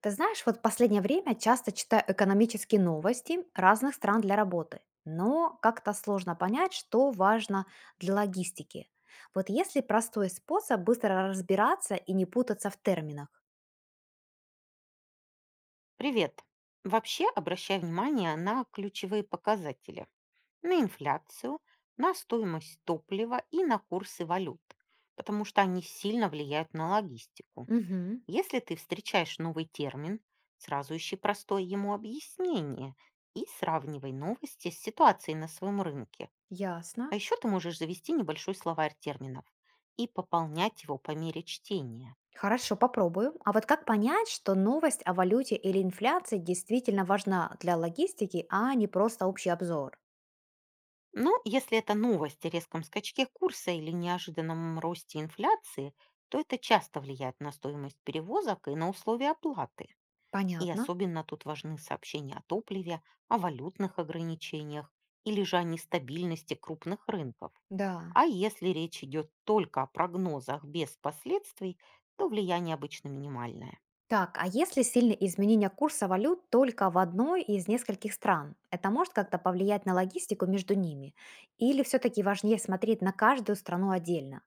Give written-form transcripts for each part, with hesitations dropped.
Ты знаешь, вот в последнее время часто читаю экономические новости разных стран для работы, но как-то сложно понять, что важно для логистики. Вот есть ли простой способ быстро разбираться и не путаться в терминах? Привет. Вообще обращай внимание на ключевые показатели, на инфляцию, на стоимость топлива и на курсы валют, потому что они сильно влияют на логистику. Угу, Если ты встречаешь новый термин, сразу ищи простое ему объяснение и сравнивай новости с ситуацией на своем рынке. ясно. А еще ты можешь завести небольшой словарь терминов и пополнять его по мере чтения. Хорошо, попробую. А вот как понять, что новость о валюте или инфляции действительно важна для логистики, а не просто общий обзор? Но если это новость о резком скачке курса или неожиданном росте инфляции, то это часто влияет на стоимость перевозок и на условия оплаты. И Понятно. особенно тут важны сообщения о топливе, о валютных ограничениях или же о нестабильности крупных рынков. Да. А если речь идет только о прогнозах без последствий, то влияние обычно минимальное. Так, а если сильные изменения курса валют только в одной из нескольких стран, это может как-то повлиять на логистику между ними? Или все-таки важнее смотреть на каждую страну отдельно?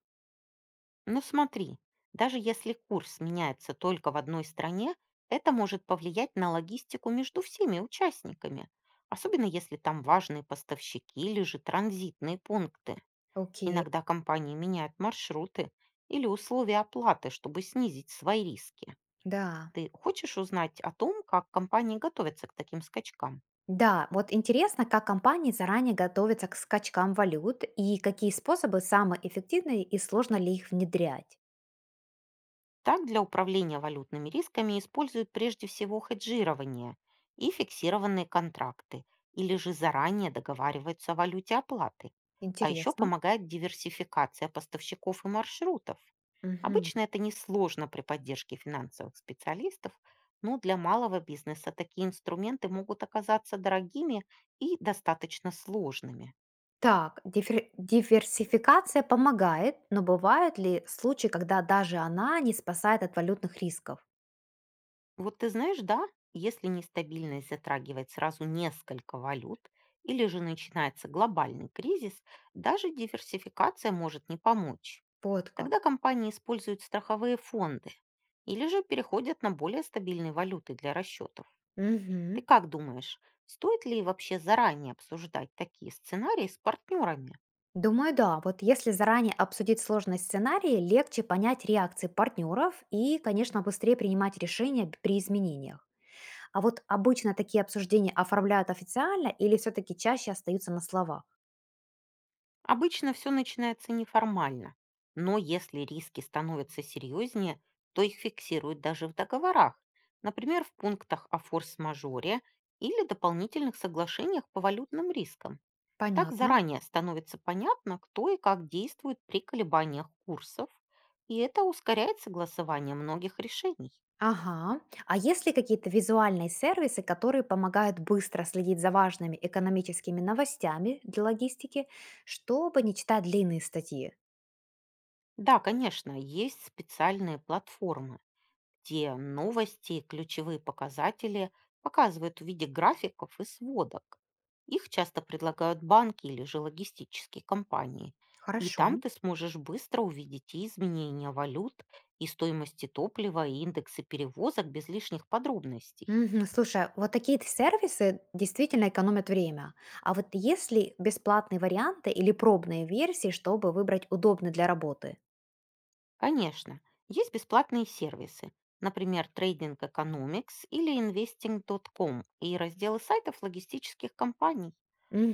Ну смотри, даже если курс меняется только в одной стране, это может повлиять на логистику между всеми участниками, особенно если там важные поставщики или же транзитные пункты. Окей, Иногда компании меняют маршруты или условия оплаты, чтобы снизить свои риски. да. Ты хочешь узнать о том, как компании готовятся к таким скачкам? Да, вот интересно, как компании заранее готовятся к скачкам валют и какие способы самые эффективные и сложно ли их внедрять. Так, для управления валютными рисками используют прежде всего хеджирование и фиксированные контракты, или же заранее договариваются о валюте оплаты. А еще Интересно. помогает диверсификация поставщиков и маршрутов. Мгм. Обычно это несложно при поддержке финансовых специалистов, но для малого бизнеса такие инструменты могут оказаться дорогими и достаточно сложными. Так, диверсификация помогает, но бывают ли случаи, когда даже она не спасает от валютных рисков? Вот ты знаешь, да, если нестабильность затрагивает сразу несколько валют или же начинается глобальный кризис, даже диверсификация может не помочь. Вот Тогда как. компании используют страховые фонды или же переходят на более стабильные валюты для расчетов. Ты Мгм. как думаешь, стоит ли вообще заранее обсуждать такие сценарии с партнерами? Думаю, да. Вот если заранее обсудить сложные сценарии, легче понять реакции партнеров и, конечно, быстрее принимать решения при изменениях. А вот обычно такие обсуждения оформляют официально или все-таки чаще остаются на словах? Обычно все начинается неформально, но если риски становятся серьезнее, то их фиксируют даже в договорах, например, в пунктах о форс-мажоре или дополнительных соглашениях по валютным рискам. Так Понятно. заранее становится понятно, кто и как действует при колебаниях курсов, и это ускоряет согласование многих решений. Ага. А есть ли какие-то визуальные сервисы, которые помогают быстро следить за важными экономическими новостями для логистики, чтобы не читать длинные статьи? Да, конечно, есть специальные платформы. Те новости и ключевые показатели показывают в виде графиков и сводок. Их часто предлагают банки или же логистические компании. И Хорошо. там ты сможешь быстро увидеть и изменения валют, и стоимости топлива, и индексы перевозок без лишних подробностей. Мгм. Слушай, вот такие т сервисы действительно экономят время. А вот есть ли бесплатные варианты или пробные версии, чтобы выбрать удобный для работы? Конечно, есть бесплатные сервисы, например, Trading Economics или Investing.com и разделы сайтов логистических компаний.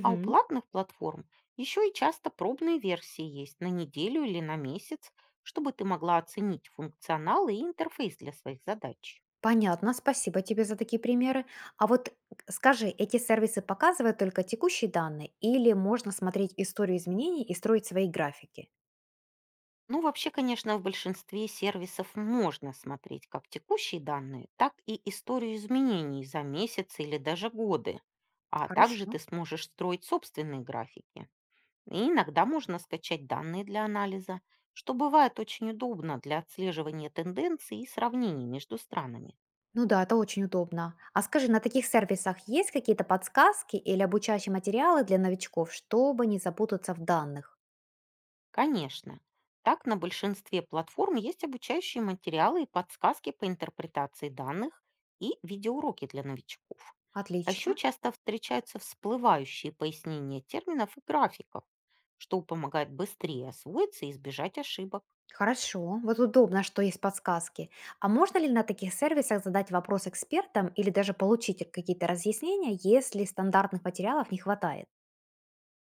А у платных платформ еще и часто пробные версии есть на неделю или на месяц, чтобы ты могла оценить функционал и интерфейс для своих задач. Понятно, спасибо тебе за такие примеры. А вот скажи, эти сервисы показывают только текущие данные или можно смотреть историю изменений и строить свои графики? Ну, вообще, конечно, в большинстве сервисов можно смотреть как текущие данные, так и историю изменений за месяцы или даже годы. А также Хорошо. ты сможешь строить собственные графики. И иногда можно скачать данные для анализа, что бывает очень удобно для отслеживания тенденций и сравнений между странами. Ну да, это очень удобно. А скажи, на таких сервисах есть какие-то подсказки или обучающие материалы для новичков, чтобы не запутаться в данных? Конечно. Так, на большинстве платформ есть обучающие материалы и подсказки по интерпретации данных и видеоуроки для новичков. А еще Отлично. часто встречаются всплывающие пояснения терминов и графиков, что помогает быстрее освоиться и избежать ошибок. Хорошо, вот удобно, что есть подсказки. А можно ли на таких сервисах задать вопрос экспертам или даже получить какие-то разъяснения, если стандартных материалов не хватает?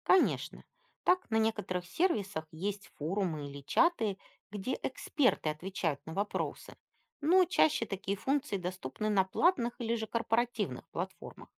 Конечно. Так, на некоторых сервисах есть форумы или чаты, где эксперты отвечают на вопросы. Но чаще такие функции доступны на платных или же корпоративных платформах.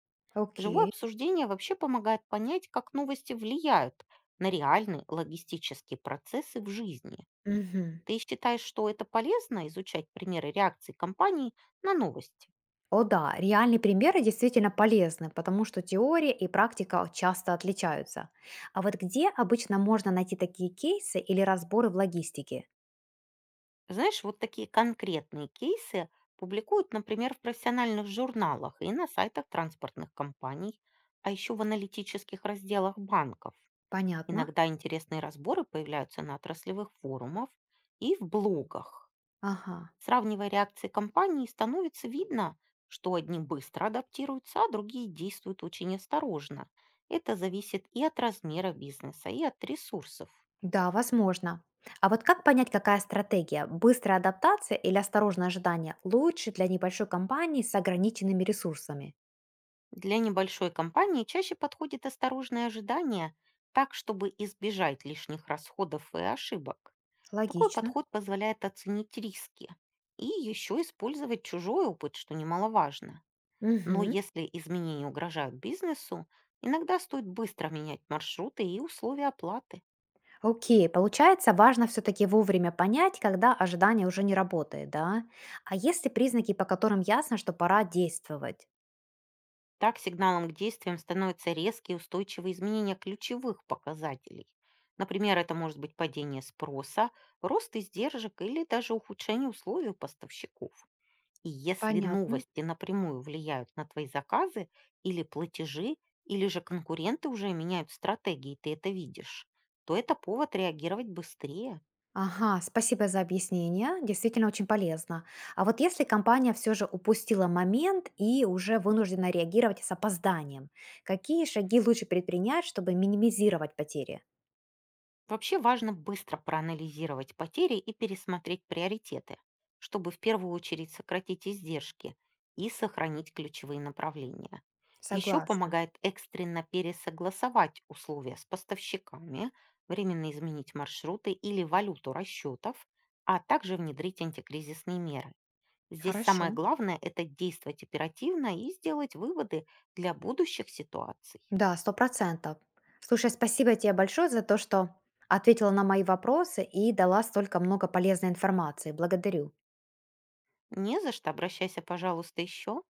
Живое Окей. обсуждение вообще помогает понять, как новости влияют на реальные логистические процессы в жизни. Мгм. Ты считаешь, что это полезно изучать примеры реакции компаний на новости? О да, реальные примеры действительно полезны, потому что теория и практика часто отличаются. А вот где обычно можно найти такие кейсы или разборы в логистике? Знаешь, вот такие конкретные кейсы публикуют, например, в профессиональных журналах и на сайтах транспортных компаний, а еще в аналитических разделах банков. Понятно. Иногда интересные разборы появляются на отраслевых форумах и в блогах. Ага. Сравнивая реакции компаний, становится видно, что одни быстро адаптируются, а другие действуют очень осторожно. Это зависит и от размера бизнеса, и от ресурсов. Да, возможно. А вот как понять, какая стратегия — быстрая адаптация или осторожное ожидание — лучше для небольшой компании с ограниченными ресурсами? Для небольшой компании чаще подходит осторожное ожидание, так, чтобы избежать лишних расходов и ошибок. Такой Логично. подход позволяет оценить риски и еще использовать чужой опыт, что немаловажно. Но Мгм. если изменения угрожают бизнесу, иногда стоит быстро менять маршруты и условия оплаты. Окей, получается, важно все-таки вовремя понять, когда ожидание уже не работает, да? А есть ли признаки, по которым ясно, что пора действовать? Так сигналом к действиям становятся резкие и устойчивые изменения ключевых показателей. Например, это может быть падение спроса, рост издержек или даже ухудшение условий у поставщиков. И если Понятно. новости напрямую влияют на твои заказы или платежи, или же конкуренты уже меняют стратегии, и ты это видишь, то это повод реагировать быстрее. Ага, спасибо за объяснение, действительно очень полезно. А вот если компания все же упустила момент и уже вынуждена реагировать с опозданием, какие шаги лучше предпринять, чтобы минимизировать потери? Вообще важно быстро проанализировать потери и пересмотреть приоритеты, чтобы в первую очередь сократить издержки и сохранить ключевые направления. Еще Согласна. помогает экстренно пересогласовать условия с поставщиками, временно изменить маршруты или валюту расчетов, а также внедрить антикризисные меры. Здесь Хорошо. самое главное– это действовать оперативно и сделать выводы для будущих ситуаций. Да, 100%. Слушай, спасибо тебе большое за то, что ответила на мои вопросы и дала столько много полезной информации. Благодарю. Не за что, обращайся, пожалуйста, еще.